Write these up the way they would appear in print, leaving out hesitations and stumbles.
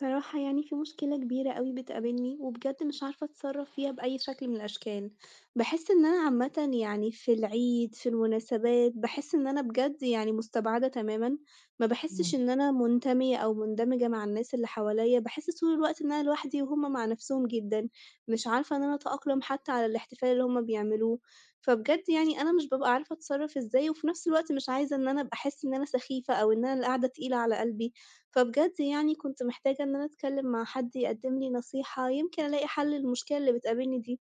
صراحة يعني في مشكلة كبيرة أوي بتقابلني، وبجد مش عارفة أتصرّف فيها بأي شكل من الأشكال، باحس إن أنا عامةً يعني في العيد، في المناسبات، باحس إن أنا بجد يعني مستبعدة تمامًا، ما إمم، باحسّش إن أنا منتمية أو مندمجة مع الناس اللي حواليّا، باحس طول الوقت إن أنا لوحدي وهُم مع نَفْسهم جدًا، مش عارفة إن أنا أتأقلم حتى على الاحتفال اللي هُم بيعملوه، فبجد يعني أنا مش بابقى عارفة أتصرّف إزاي، وفي نَفْس الوقت مش عايزة إن أنا أبقى أحس إن أنا سخيفة أو إن أنا اللي قاعدة تقيلة على قلبي، فبجد يعني كنت محتاجة إن أنا أتكلم مع حد يقدم لي نصيحة، يمكن ألاقي حل للمشكلة اللي بتقابلني دي.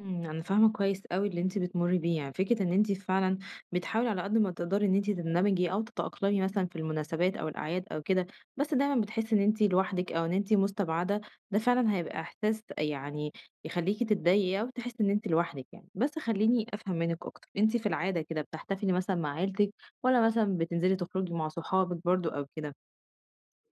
إمم، أنا فاهمة كويس أوي اللي أنتِ بتمُرّي بيه، يعني فكرة إن أنتِ فعلًا بتحاولي على قد ما تقدري إن أنتِ تندمجي أو تتأقلمي مثلًا في المناسبات أو الأعياد أو كده، بس دايمًا بتحسّي إن أنتِ لوحدِك أو إن أنتِ مستبعدة، ده فعلًا هيبقى إحساس يعني يخلّيكِ تتضايقي أو تحسّي إن أنتِ لوحدِك يعني. بس خلّيني أفهم منِّك أكتر، أنتِ في العادة كده بتحتفلي مثلًا مع عيلتِك والّا مثلًا بتنزلي تخرجي مع صحابِك برضه أو كده؟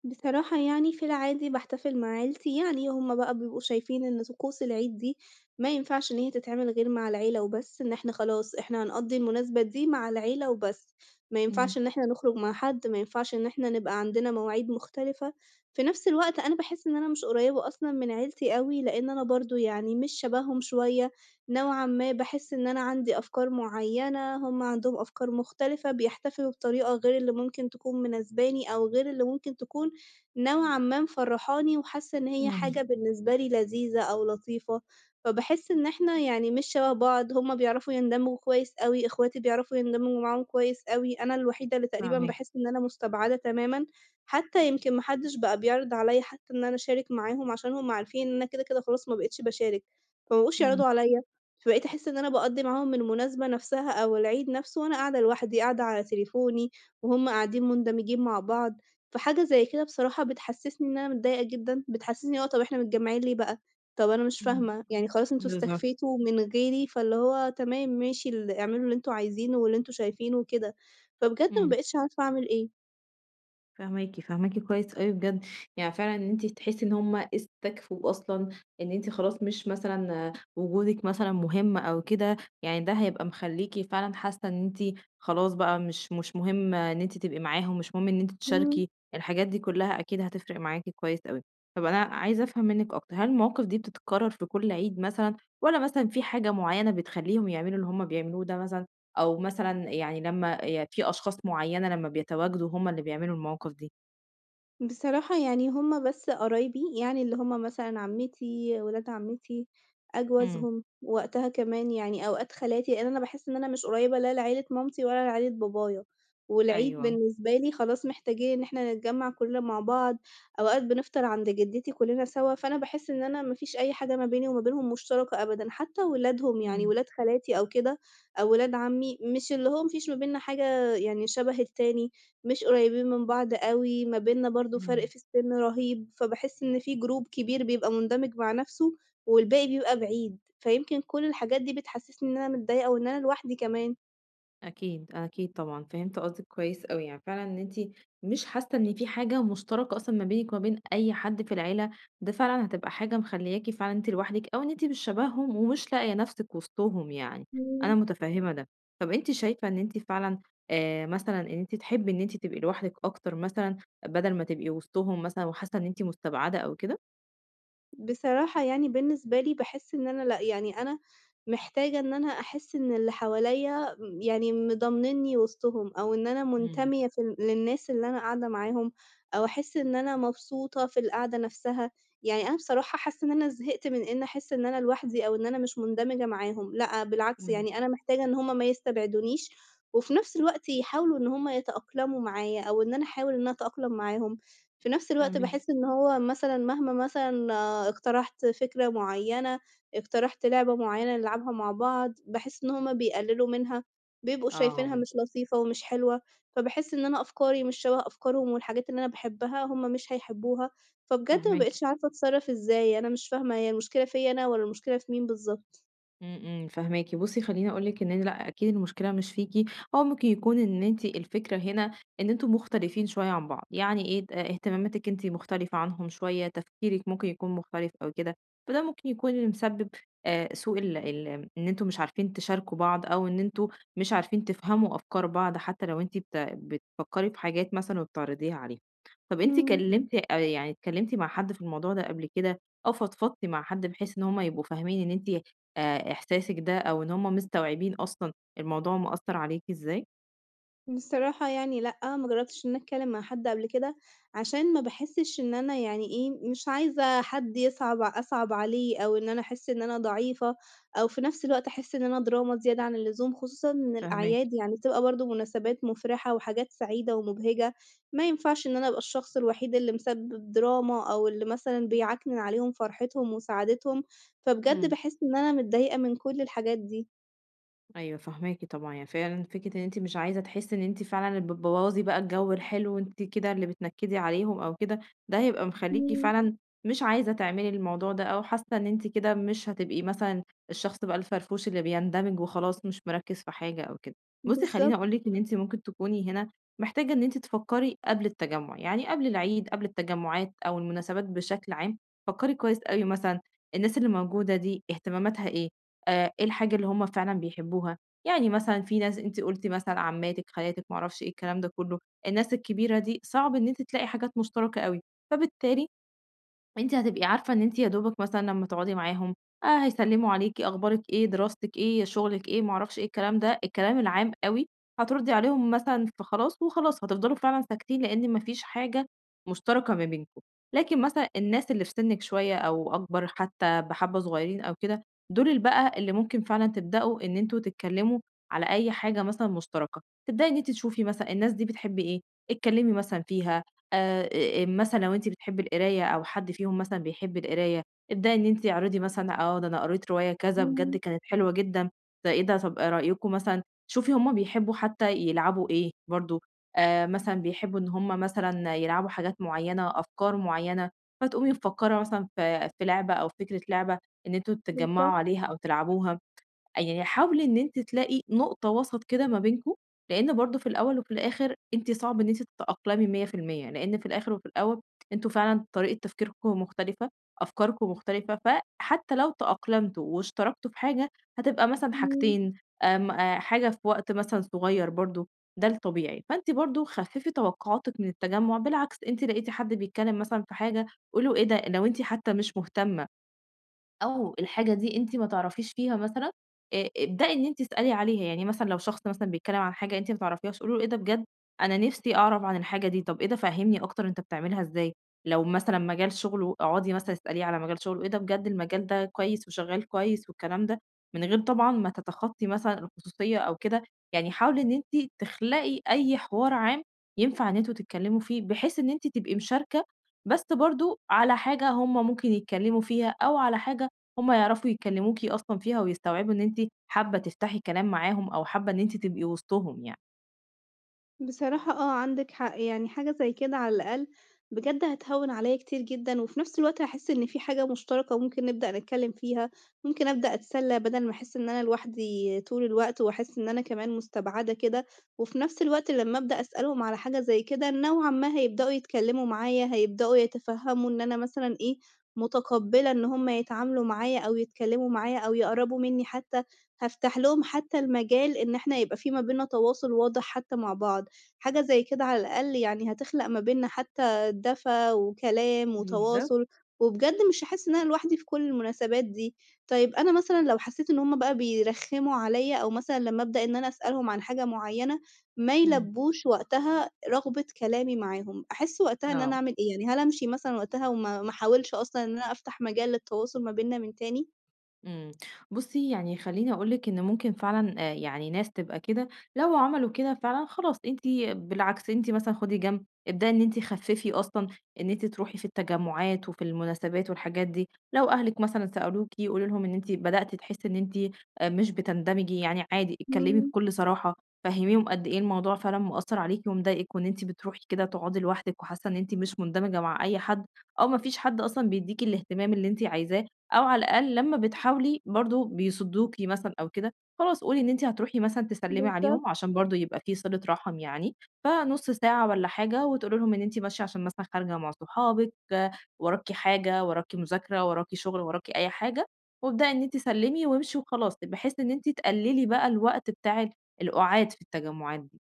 بصراحة يعني في العادي باحتفل مع عيلتي، يعني هُم بقى بيبقوا شايفين إن طقوس العيد دي ما ينفعش إن هي تتعمل غير مع العيلة وبس، إن إحنا خلاص إحنا هنقضّي المناسبة دي مع العيلة وبس، ما إمم، ينفعش إن إحنا نخرج مع حد، ما ينفعش إن إحنا نبقى عندنا مواعيد مختلفة، في نفس الوقت أنا باحس إن أنا مش قريّبة أصلًا من عيلتي أوي، لإن أنا برضه يعني مش شبههم شوية، نوعًا ما باحس إن أنا عندي أفكار معيّنة، هُم عندهم أفكار مختلفة، بيحتفلوا بطريقة غير اللي ممكن تكون مناسباني أو غير اللي ممكن تكون نوعًا ما مفرّحاني وحاسة إن هي حاجة إمم، بالنسبة لي لذيذة أو لطيفة، فباحس إن إحنا يعني مش شَبه بعض، هُم بيعرفوا يندمجوا كويس أوي، إخواتي بيعرفوا يندمجوا معاهم كويس أوي، أنا الوحيدة اللي تقريبًا فاهماكِ، باحس إن أنا مستبعدة تمامًا، حتى يمكن ما حدش بقى بيعرض عليَّ حتى إن أنا أشارك معاهم عشان هُم عارفين إن أنا كده، كده خلاص ما بقيتش باشارك، فما بقوش إمم، يعرضوا عليَّ، فبقيت أحس إن أنا باقضّي معاهم المناسبة نفسها أو العيد نفسه وأنا قاعدة لوحدي، قاعدة على تليفوني وهُم قاعدين مندمجين مع بعض. فحاجة زي كده بصراحة بتحسّسني إن أنا متضايقة جدًا، بتحسّسني طَب إحنا متجمّعين ليه بقى؟ طَب أنا مش إمم، فاهمة، يعني خلاص أنتم بالضبط، استكفيتوا من غيري، فاللي هو تمام ماشي اعملوا اللي أنتم عايزينه واللي أنتم شايفينه وكده، فبجد ما إمم. بقيتش عارفة أعمل إيه. فاهماكِ، فاهماكِ كويس أوي بجد، يعني فعلًا إن أنتِ تحسي إن هُم استكفوا أصلًا إن أنتِ خلاص مش مثلًا آه، وجودِك مثلًا مهم أو كده، يعني ده هيبقى مخلّيكِ فعلًا حاسة إن أنتِ خلاص بقى مش مهم إن أنتِ تبقي معاهم، مش مهم إن أنتِ إمم. تشاركي، الحاجات دي كلها أكيد هتفرق معاكِ كويس أوي. طب أنا عايزة أفهم منِّك أكتر، هل المواقف دي بتتكرر في كل عيد مثلًا، والّا مثلًا في حاجة معينة بتخلّيهم يعملوا اللي هُم بيعملوه ده مثلًا؟ أو مثلًا يعني لمّا ي في أشخاص معيّنة لمّا بيتواجدوا هم اللي بيعملوا المواقف دي. بصراحة يعني هم بس قرايبي، يعني اللي هم مثلًا عمّتي، ولاد عمّتي، إمم، أجوزهم، وقتها كمان يعني أوقات خالاتي، لإن أنا باحس إن أنا مش قريبة لا لعيلة مامتي ولا لعيلة بابايا، والعيد أيوه، بالنسبة لي خلاص محتاجين إن إحنا نتجمّع كلّنا مع بعض، أوقات بنفطر عند جدتي كلّنا سوا، فأنا باحس إن أنا ما فيش أي حاجة ما بيني وما بينهم مشتركة أبدًا، حتى ولادهم يعني إمم، ولاد خالاتي أو كده أو ولاد عمّي، مش اللي هو ما فيش ما بيننا حاجة يعني شبه التاني. مش قريبين من بعض أوي، ما بيننا برضه فرق إمم، في السِن رهيب، فباحس إن في group كبير بيبقى مُندمج مع نَفْسه والباقي بيبقى بعيد، فيمكن كل الحاجات دي بتحسّسني إن أنا متضايقة وإن أنا لوحدي كمان. أكيد، أكيد طبعًا، فهمت قصدِك كويس أوي، يعني فعلًا إن أنتِ مش حاسة إن في حاجة مشتركة أصلًا ما بينِك وما بين أي حد في العيلة، ده فعلًا هتبقى حاجة مخلّياكِ فعلًا أنتِ لوحدِك، أو إن أنتِ مش شبههم ومش لاقية نفسِك وسطهم يعني، أنا متفهمة ده. طب أنتِ شايفة إن أنتِ فعلًا مثلًا إن أنتِ تحبي إن أنتِ تبقي لوحدِك أكتر مثلًا، بدل ما تبقي وسطهم مثلًا وحاسة إن أنتِ مستبعدة أو كده؟ بصراحة يعني بالنسبة لي باحس إن أنا لأ، يعني أنا محتاجة إن أنا أحس إن اللي حواليّا يعني مضامنينّي وسطهم، أو إن أنا إمم، منتمية في للناس اللي أنا قاعدة معاهم، أو أحس إن أنا مبسوطة في القعدة نفسها، يعني أنا بصراحة حاسة إن أنا زهقت من إن أحس إن أنا لوحدي، أو إن أنا مش مندمجة معاهم، لأ بالعكس إمم، يعني أنا محتاجة إن هُم ما يستبعدونيش، وفي نفس الوقت يحاولوا إن هُم يتأقلموا معايا، أو إن أنا أحاول إن أنا أتأقلم معاهم. في نفس الوقت فاهماكِ، باحس إن هو مثلًا مهما مثلًا اقترحت فكرة معيّنة، اقترحت لعبة معيّنة نلعبها مع بعض، باحس إن هُم بيقللوا منها، بيبقوا شايفينها آه، مش لطيفة ومش حلوة، فباحس إن أنا أفكاري مش شبه أفكارهم والحاجات اللي أنا باحبها هُم مش هيحبوها، فبجد ما فاهماكِ. بقيتش عارفة أتصرّف إزاي، أنا مش فاهمة هي المشكلة فيّا أنا والّا المشكلة في مين بالضبط؟ إمم، إمم، فاهماكِ. بُصّي خلّيني أقول لِك إن أنا لأ، أكيد المشكلة مش فيكِ، هو ممكن يكون إن أنتِ الفكرة هنا إن أنتم مختلفين شوية عن بعض، يعني إيه ت اهتماماتِك أنتِ مختلفة عنهم شوية، تفكيرِك ممكن يكون مختلف أو كده، فده ممكن يكون اللي مسبب سوء ال ال إن أنتم مش عارفين تشاركوا بعض أو إن أنتم مش عارفين تفهموا أفكار بعض حتى لو أنتِ بت بتفكّري في حاجات مثلًا وبتعرضيها عليه. طَب أنتِ إمم. كلمتِ يعني اتكلمتِ مع حد في الموضوع ده قبل كده أو فضفضتِ مع حد بحيث إن هم يبقوا فاهمين إن أنتِ إحساسِك ده أو إن هُم مستوعبين أصلًا الموضوع مأثّر عليكِ إزاي؟ بصراحة يعني لأ، ما جرّبتش إن أنا أتكلّم مع حد قبل كده، عشان ما باحسّش إن أنا يعني إيه، مش عايزة حد أصعب عليه أو إن أنا أحس إن أنا ضعيفة، أو في نفس الوقت أحس إن أنا دراما زيادة عن اللزوم، خصوصًا إن فاهماكِ. الأعياد يعني بتبقى برضه مناسبات مُفرحة وحاجات سعيدة ومُبهجة، ما ينفعش إن أنا أبقى الشخص الوحيد اللي مسبب دراما أو اللي مثلًا بيعكنن عليهم فرحتهم وسعادتهم، فبجد إمم. باحس إن أنا متضايقة من كل الحاجات دي. أيوه فاهماكِ طبعًا، يعني فعلًا فكرة إن أنتِ مش عايزة تحسّي إن أنتِ فعلًا اللي بتبوّظي بقى الجو الحلو وأنتِ كده اللي بتنكّدي عليهم أو كده، ده هيبقى مخلّيكِ إمم، فعلًا مش عايزة تعملي الموضوع ده أو حاسة إن أنتِ كده مش هتبقي مثلًا الشخص بقى الفرفوش اللي بيندمج وخلاص مش مركّز في حاجة أو كده. بُصّي خلّيني بالضبط، أقول لِك إن أنتِ ممكن تكوني هنا محتاجة إن أنتِ تفكّري قبل التجمُّع، يعني قبل العيد، قبل التجمُّعات أو المناسبات بشكل عام، فكّري كويس أوي مثلًا الناس اللي موجودة دي اهتماماتها إيه؟ إيه الحاجة اللي هُم فعلًا بيحبوها، يعني مثلًا في ناس أنتِ قُلتِ مثلًا عمّاتِك، خالاتِك، ما أعرفش إيه الكلام ده كلّه، الناس الكبيرة دي صعب إن أنتِ تلاقي حاجات مشتركة أوي، فبالتالي أنتِ هتبقي عارفة إن أنتِ يا دوبك مثلًا لمّا تقعدي معاهم هيسلّموا عليكِ، أخبارِك إيه، دراستِك إيه، شغلِك إيه، ما أعرفش إيه، الكلام ده، الكلام العام أوي، هتردّي عليهم مثلًا فخلاص وخلاص هتفضلوا فعلًا ساكتين لإن ما فيش حاجة مشتركة ما بينكم. لكن مثلًا الناس اللي في سِنِّك شوية أو أكبر حتى بحبّة صغيرين أو كده، دول بقى اللي ممكن فعلًا تبدأوا إن أنتم تتكلّموا على أي حاجة مثلًا مشتركة، تبدئي إن أنتِ تشوفي مثلًا الناس دي بتحب إيه، اتكلّمي مثلًا فيها، مثلًا لو أنتِ بتحبّي القراية أو حد فيهم مثلًا بيحب القراية، ابدئي إن أنتِ اعرضي مثلًا آه، ده أنا قريت رواية كذا بجد إمم، كانت حلوة جدًا، ده إيه ده طَب إيه رأيكم مثلًا شوفي هم بيحبّوا حتى يلعبوا إيه برضه، مثلًا بيحبّوا إن هم مثلًا يلعبوا حاجات معيّنة، أفكار معيّنة، فتقومي مفكّرة مثلًا في لعبة أو فكرة لعبة إن أنتم تتجمّعوا بالضبط، عليها أو تلعبوها. يعني حاولي إن أنتِ تلاقي نقطة وسط كده ما بينكم، لإن برضه في الأول وفي الآخر أنتِ صعب إن أنتِ تتأقلمي 100% لإن في الآخر وفي الأول أنتم فعلًا طريقة تفكيركم مختلفة، أفكاركم مختلفة، فحتى لو تأقلمتوا واشتركتوا في حاجة هتبقى مثلًا إمم. حاجتين، آمم، حاجة في وقت مثلًا صغير برضه، ده الطبيعي، فأنتِ برضه خففي توقعاتِك من التجمُّع، بالعكس أنتِ لقيتِ حد بيتكلم مثلًا في حاجة قولي له إيه ده لو أنتِ حتى مش مهتمة. أو الحاجة دي أنتِ ما تعرفيش فيها مثلًا، ابدئي إن أنتِ اسألي عليها، يعني مثلًا لو شخص مثلًا بيتكلم عن حاجة أنتِ ما تعرفيهاش قولي له إيه ده بجد، أنا نفسي أعرف عن الحاجة دي، طب إيه ده فهّمني أكتر أنت بتعملها إزاي، لو مثلًا مجال شغله اقعدي مثلًا اسأليه على مجال شغله، إيه ده بجد المجال ده كويس وشغال كويس والكلام ده، من غير طبعًا ما تتخطي مثلًا الخصوصية أو كده، يعني حاولي إن أنتِ تخلقي أي حوار عام ينفع إن أنتم تتكلموا فيه، بحيث إن أنتِ تبقي مشاركة، بس برضه على حاجة هُم ممكن يتكلموا فيها أو على حاجة هم يعرفوا يكلموكِ أصلًا فيها ويستوعبوا إن أنتِ حابة تفتحي كلام معاهم أو حابة إن أنتِ تبقي وسطهم يعني. بصراحة عندِك حق، يعني حاجة زي كده على الأقل بجد هتهوّن عليَّ كتير جدًا، وفي نفس الوقت هاحس إن في حاجة مشتركة ممكن نبدأ نتكلم فيها، ممكن أبدأ أتسلى بدل ما أحس إن أنا لوحدي طول الوقت، وأحس إن أنا كمان مستبعدة كده، وفي نفس الوقت لمّا أبدأ أسألهم على حاجة زي كده نوعًا ما هيبدأوا يتكلموا معايا، هيبدأوا يتفهموا إن أنا مثلًا إيه، متقبلة إن هُم يتعاملوا معايا أو يتكلموا معايا أو يقربوا مني حتى، هافتح لهم حتى المجال إن إحنا يبقى في ما بيننا تواصل واضح حتى مع بعض. حاجة زي كده على الأقل يعني هتخلق ما بيننا حتى دفا وكلام بالضبط. وتواصل، وبجد مش هاحس إن أنا لوحدي في كل المناسبات دي. طيب أنا مثلًا لو حسيت إن هُم بقى بيرخّموا عليَّ أو مثلًا لمّا أبدأ إن أنا أسألهم عن حاجة معيّنة ما إمم. يلبّوش وقتها رغبة كلامي معاهم، أحس وقتها إن أنا آه. أعمل إيه؟ يعني هل أمشي مثلًا وقتها وما ما أحاولش أصلًا إن أنا أفتح مجال للتواصل ما بيننا من تاني؟ إمم. بُصّي، يعني خلّيني أقول لِك إن ممكن فعلًا يعني ناس تبقى كده، لو عملوا كده فعلًا خلاص أنتِ بالعكس أنتِ مثلًا خُدي جنب، ابدئي إن أنتِ خفّفي أصلًا إن أنتِ تروحي في التجمُّعات وفي المناسبات والحاجات دي، لو أهلِك مثلًا سألوكِ قولي لهم إن أنتِ بدأتِ تحسّي إن أنتِ مش بتندمجي، يعني عادي اتكلّمي إمم، بكل صراحة، فهّميهم قد إيه الموضوع فعلًا مأثّر عليكِ ومضايقِك وإن أنتِ بتروحي كده تقعدي لوحدِك وحاسّة إن أنتِ مش مندمجة مع أي حد أو ما فيش حد أصلًا بيدّيكِ الاهتمام اللي أنتِ عايزاه، أو على الأقل لمّا بتحاولي برضه بيصدّوكِ مثلًا أو كده، خلاص قولي إن أنتِ هتروحي مثلًا تسلّمي عليهم بالضبط. عشان برضه يبقى في صِلة رحم يعني، فنُص ساعة والّا حاجة وتقولي لهم إن أنتِ ماشية عشان مثلًا خارجة مع صحابِك، وراكِ حاجة، وراكِ مذاكرة، وراكِ شغل، وراكِ أي حاجة، وابدئي إن أنتِ سلّمي وامشي وخلاص، بحيث إن أنتِ تقلّلي بقى الوقت بتاع القُعاد في التجمُّعات دي.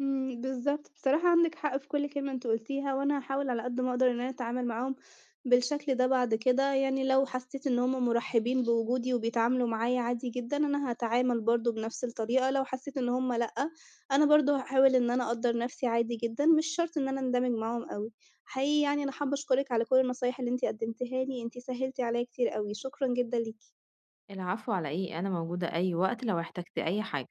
إمم، بالضبط. بصراحة عندِك حق في كل كلمة أنتِ قُلتيها، وأنا هاحاول على قد ما أقدر إن أنا أتعامل معاهم بالشكل ده بعد كده، يعني لو حسيت إن هم مُرحِّبين بوجودي وبيتعاملوا معايا عادي جدًا، أنا هاتعامل برضه بنفس الطريقة، لو حسيت إن هم لأ، أنا برضه هاحاول إن أنا أقدّر نفسي عادي جدًا، مش شرط إن أنا أندمج معاهم أوي. حقيقي يعني أنا حابة أشكرِك على كل النصايح اللي أنتِ قدّمتيها لي، أنتِ سهّلتِ عليّا كتير أوي، شكرًا جدًا ليكِ. العفو على إيه، أنا موجودة أي وقت لو احتجتِ أي حاجة.